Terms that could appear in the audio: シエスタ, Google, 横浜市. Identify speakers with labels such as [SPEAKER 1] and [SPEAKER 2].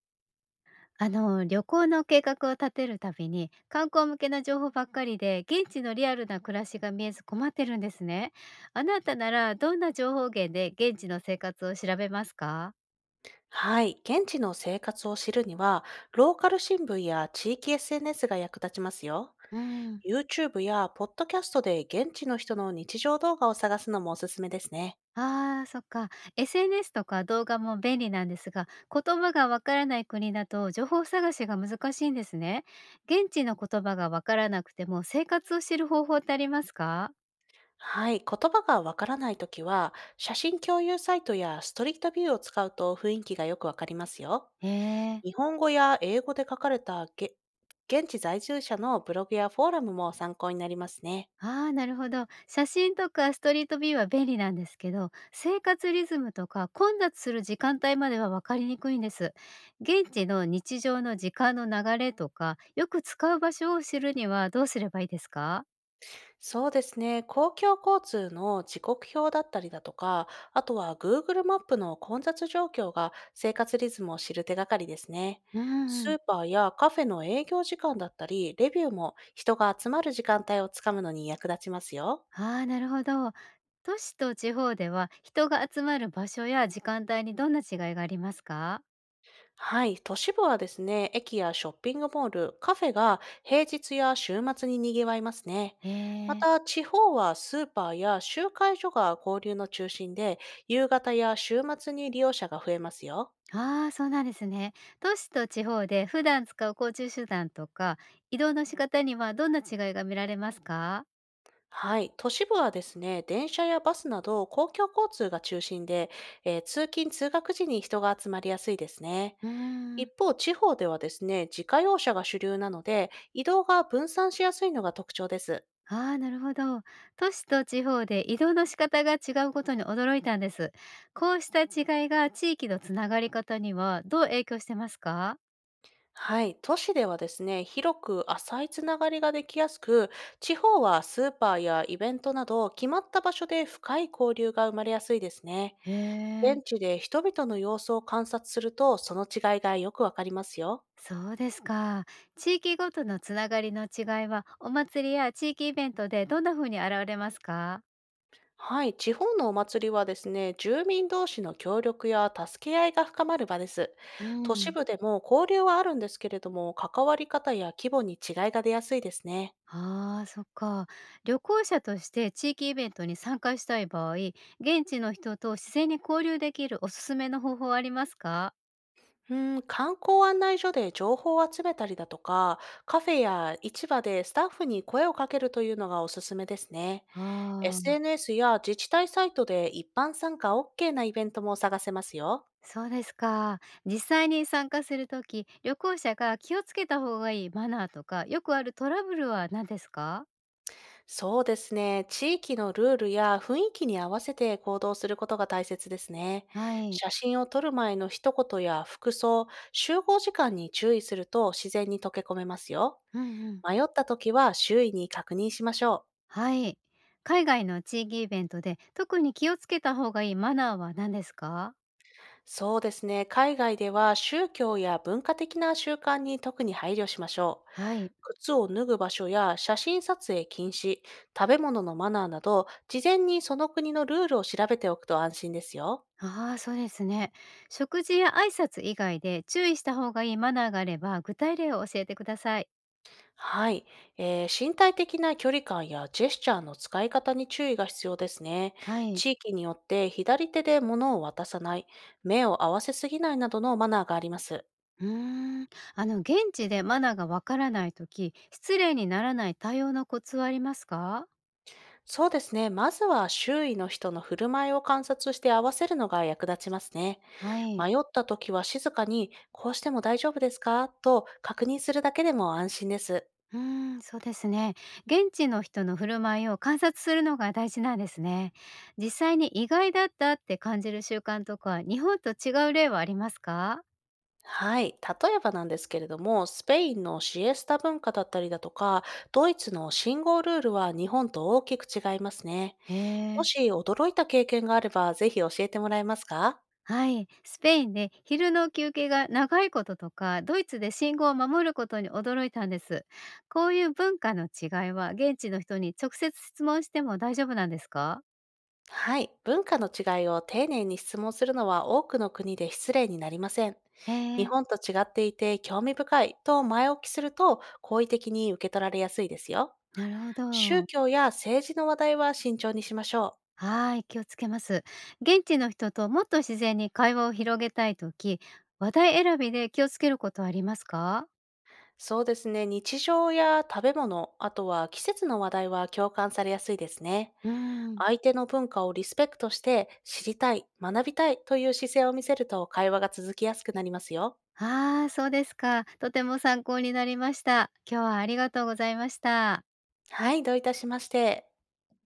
[SPEAKER 1] あの、旅行の計画を立てるたびに観光向けの情報ばっかりで現地のリアルな�暮らしが見えず困ってるんですね。あなたならどんな情報源で現地の生活を調べますか？
[SPEAKER 2] はい。現地の生活を知るには、ローカル新聞や地域 SNS が役立ちますよ。
[SPEAKER 1] うん。
[SPEAKER 2] YouTube やポッドキャストで現地の人の日常動画を探すのもおすすめですね。
[SPEAKER 1] あーそっか。 SNS とか動画も便利なんですが、言葉がわからない国だと情報探しが難しいんですね。現地の言葉がわからなくても生活を知る方法ってありますか？
[SPEAKER 2] はい。言葉がわからないときは、写真共有サイトやストリートビューを使うと雰囲気がよくわかりますよ。
[SPEAKER 1] へえ。
[SPEAKER 2] 日本語や英語で書かれたげ現地在住者のブログやフォーラムも参考になりますね。
[SPEAKER 1] ああ、なるほど。写真とかストリートビューは便利なんですけど、生活リズムとか混雑する時間帯までは分かりにくいんです。現地の日常の時間の流れとか、よく使う場所を知るにはどうすればいいですか？
[SPEAKER 2] そうですね。公共交通の時刻表だったりだとか、あとは Google マップの混雑状況が生活リズムを知る手がかりですね。
[SPEAKER 1] う
[SPEAKER 2] ス
[SPEAKER 1] ん。
[SPEAKER 2] ーパーやカフェの営業時間だったり、レビューも人が集まる時間帯をつかむのに役立ちますよ。
[SPEAKER 1] ああ、なるほど。都市と地方では人が集まる場所や時間帯にどんな違いがありますか？
[SPEAKER 2] はい。都市部はですね、駅やショッピングモール、カフェが平日や週末に賑わいますね。また、
[SPEAKER 1] ええ。
[SPEAKER 2] 地方はスーパーや集会所が交流の中心で、夕方や週末に利用者が増えますよ。
[SPEAKER 1] ああ、そうなんですね。都市と地方で普段使う交通手段とか、移動の仕方にはどんな違いが見られますか？
[SPEAKER 2] はい、都市部はですね、電車やバスなど公共交通が中心で、通勤・通学時に人が集まりやすいですね。
[SPEAKER 1] うー
[SPEAKER 2] 一
[SPEAKER 1] ん。
[SPEAKER 2] 方、地方ではですね、自家用車が主流なので、移動が分散しやすいのが特徴です。
[SPEAKER 1] ああ、なるほど。都市と地方で移動の仕方が違うことに驚いたんです。こうした違いが地域のつながり方にはどう影響してますか？
[SPEAKER 2] はい、都市ではですね、広く浅いつながりができやすく、地方はスーパーやイベントなど、決まった場所で深い交流が生まれやすいですね。
[SPEAKER 1] へえ。
[SPEAKER 2] 現地で人々の様子を観察すると、その違いがよくわかりますよ。
[SPEAKER 1] そうですか。地域ごとのつながりの違いは、お祭りや地域イベントでどんな風に現れますか？
[SPEAKER 2] はい、地方のお祭りはですね、住民同士の協力や助け合いが深まる場です。
[SPEAKER 1] う
[SPEAKER 2] 都市
[SPEAKER 1] ん。
[SPEAKER 2] 部でも交流はあるんですけれども、関わり方や規模に違いが出やすいですね。
[SPEAKER 1] ああ、そっか。旅行者として地域イベントに参加したい場合、現地の人と自然に交流できるおすすめの方法はありますか？
[SPEAKER 2] うん、観光案内所で情報を集めたりだとか、カフェや市場でスタッフに声をかけるというのがおすすめですね。
[SPEAKER 1] ああー、
[SPEAKER 2] SNS や自治体サイトで一般参加 OK なイベントも探せますよ。
[SPEAKER 1] そうですか。実際に参加するとき、旅行者が気をつけた方がいいマナーとか、よくあるトラブルは何ですか？
[SPEAKER 2] そうですね。地域のルールや雰囲気に合わせて行動することが大切ですね。
[SPEAKER 1] はい。
[SPEAKER 2] 写真を撮る前の一言や服装、集合時間に注意すると自然に溶け込めますよ。
[SPEAKER 1] うん。うん。
[SPEAKER 2] 迷った時は周囲に確認しましょう。
[SPEAKER 1] はい。海外の地域イベントで特に気をつけた方がいいマナーは何ですか？
[SPEAKER 2] そうですね。海外では宗教や文化的な習慣に特に配慮しましょう。
[SPEAKER 1] はい。
[SPEAKER 2] 靴を脱ぐ場所や写真撮影禁止、食べ物のマナーなど、事前にその国のルールを調べておくと安心ですよ。
[SPEAKER 1] ああ、そうですね。食事や挨拶以外で注意した方がいいマナーがあれば、具体例を教えてください。
[SPEAKER 2] はい、身体的な距離感やジェスチャーの使い方に注意が必要ですね。
[SPEAKER 1] はい。
[SPEAKER 2] 地域によって左手で物を渡さない、目を合わせすぎないなどのマナーがあります。
[SPEAKER 1] うーん。あの、現地でマナーがわからないとき、失礼にならない対応のコツはありますか？
[SPEAKER 2] そうですね、まずは周囲の人の振る舞いを観察して合わせるのが役立ちますね。
[SPEAKER 1] はい。
[SPEAKER 2] 迷った時は静かに、こうしても大丈夫ですかと確認するだけでも安心です。
[SPEAKER 1] うーん、そうですね。現地の人の振る舞いを観察するのが大事なんですね。実際に意外だったって感じる習慣とか、日本と違う例はありますか？
[SPEAKER 2] はい。例えばなんですけれども、スペインのシエスタ文化だったりだとか、ドイツの信号ルールは日本と大きく違いますね。
[SPEAKER 1] へ
[SPEAKER 2] も
[SPEAKER 1] え。
[SPEAKER 2] し驚いた経験があれば、ぜひ教えてもらえますか？
[SPEAKER 1] はい、スペインで昼の休憩が長いこととか、ドイツで信号を守ることに驚いたんです。こういう文化の違いは現地の人に直接質問しても大丈夫なんですか？
[SPEAKER 2] はい。文化の違いを丁寧に質問するのは多くの国で失礼になりません。
[SPEAKER 1] へ
[SPEAKER 2] 日
[SPEAKER 1] え、
[SPEAKER 2] 本と違っていて興味深いと前置きすると、好意的に受け取られやすいですよ。
[SPEAKER 1] なるほ
[SPEAKER 2] 宗
[SPEAKER 1] ど。
[SPEAKER 2] 教や政治の話題は慎重にしましょう。
[SPEAKER 1] はい、気をつけます。現地の人ともっと自然に会話を広げたいとき、話題選びで気をつけることはありますか？
[SPEAKER 2] そうですね。日常や食べ物、あとは季節の話題は共感されやすいですね。
[SPEAKER 1] うーん。
[SPEAKER 2] 相手の文化をリスペクトして知りたい、学びたいという姿勢を見せると会話が続きやすくなりますよ。
[SPEAKER 1] ああ、そうですか。とても参考になりました。今日はありがとうございました。
[SPEAKER 2] はい、どういたしまして。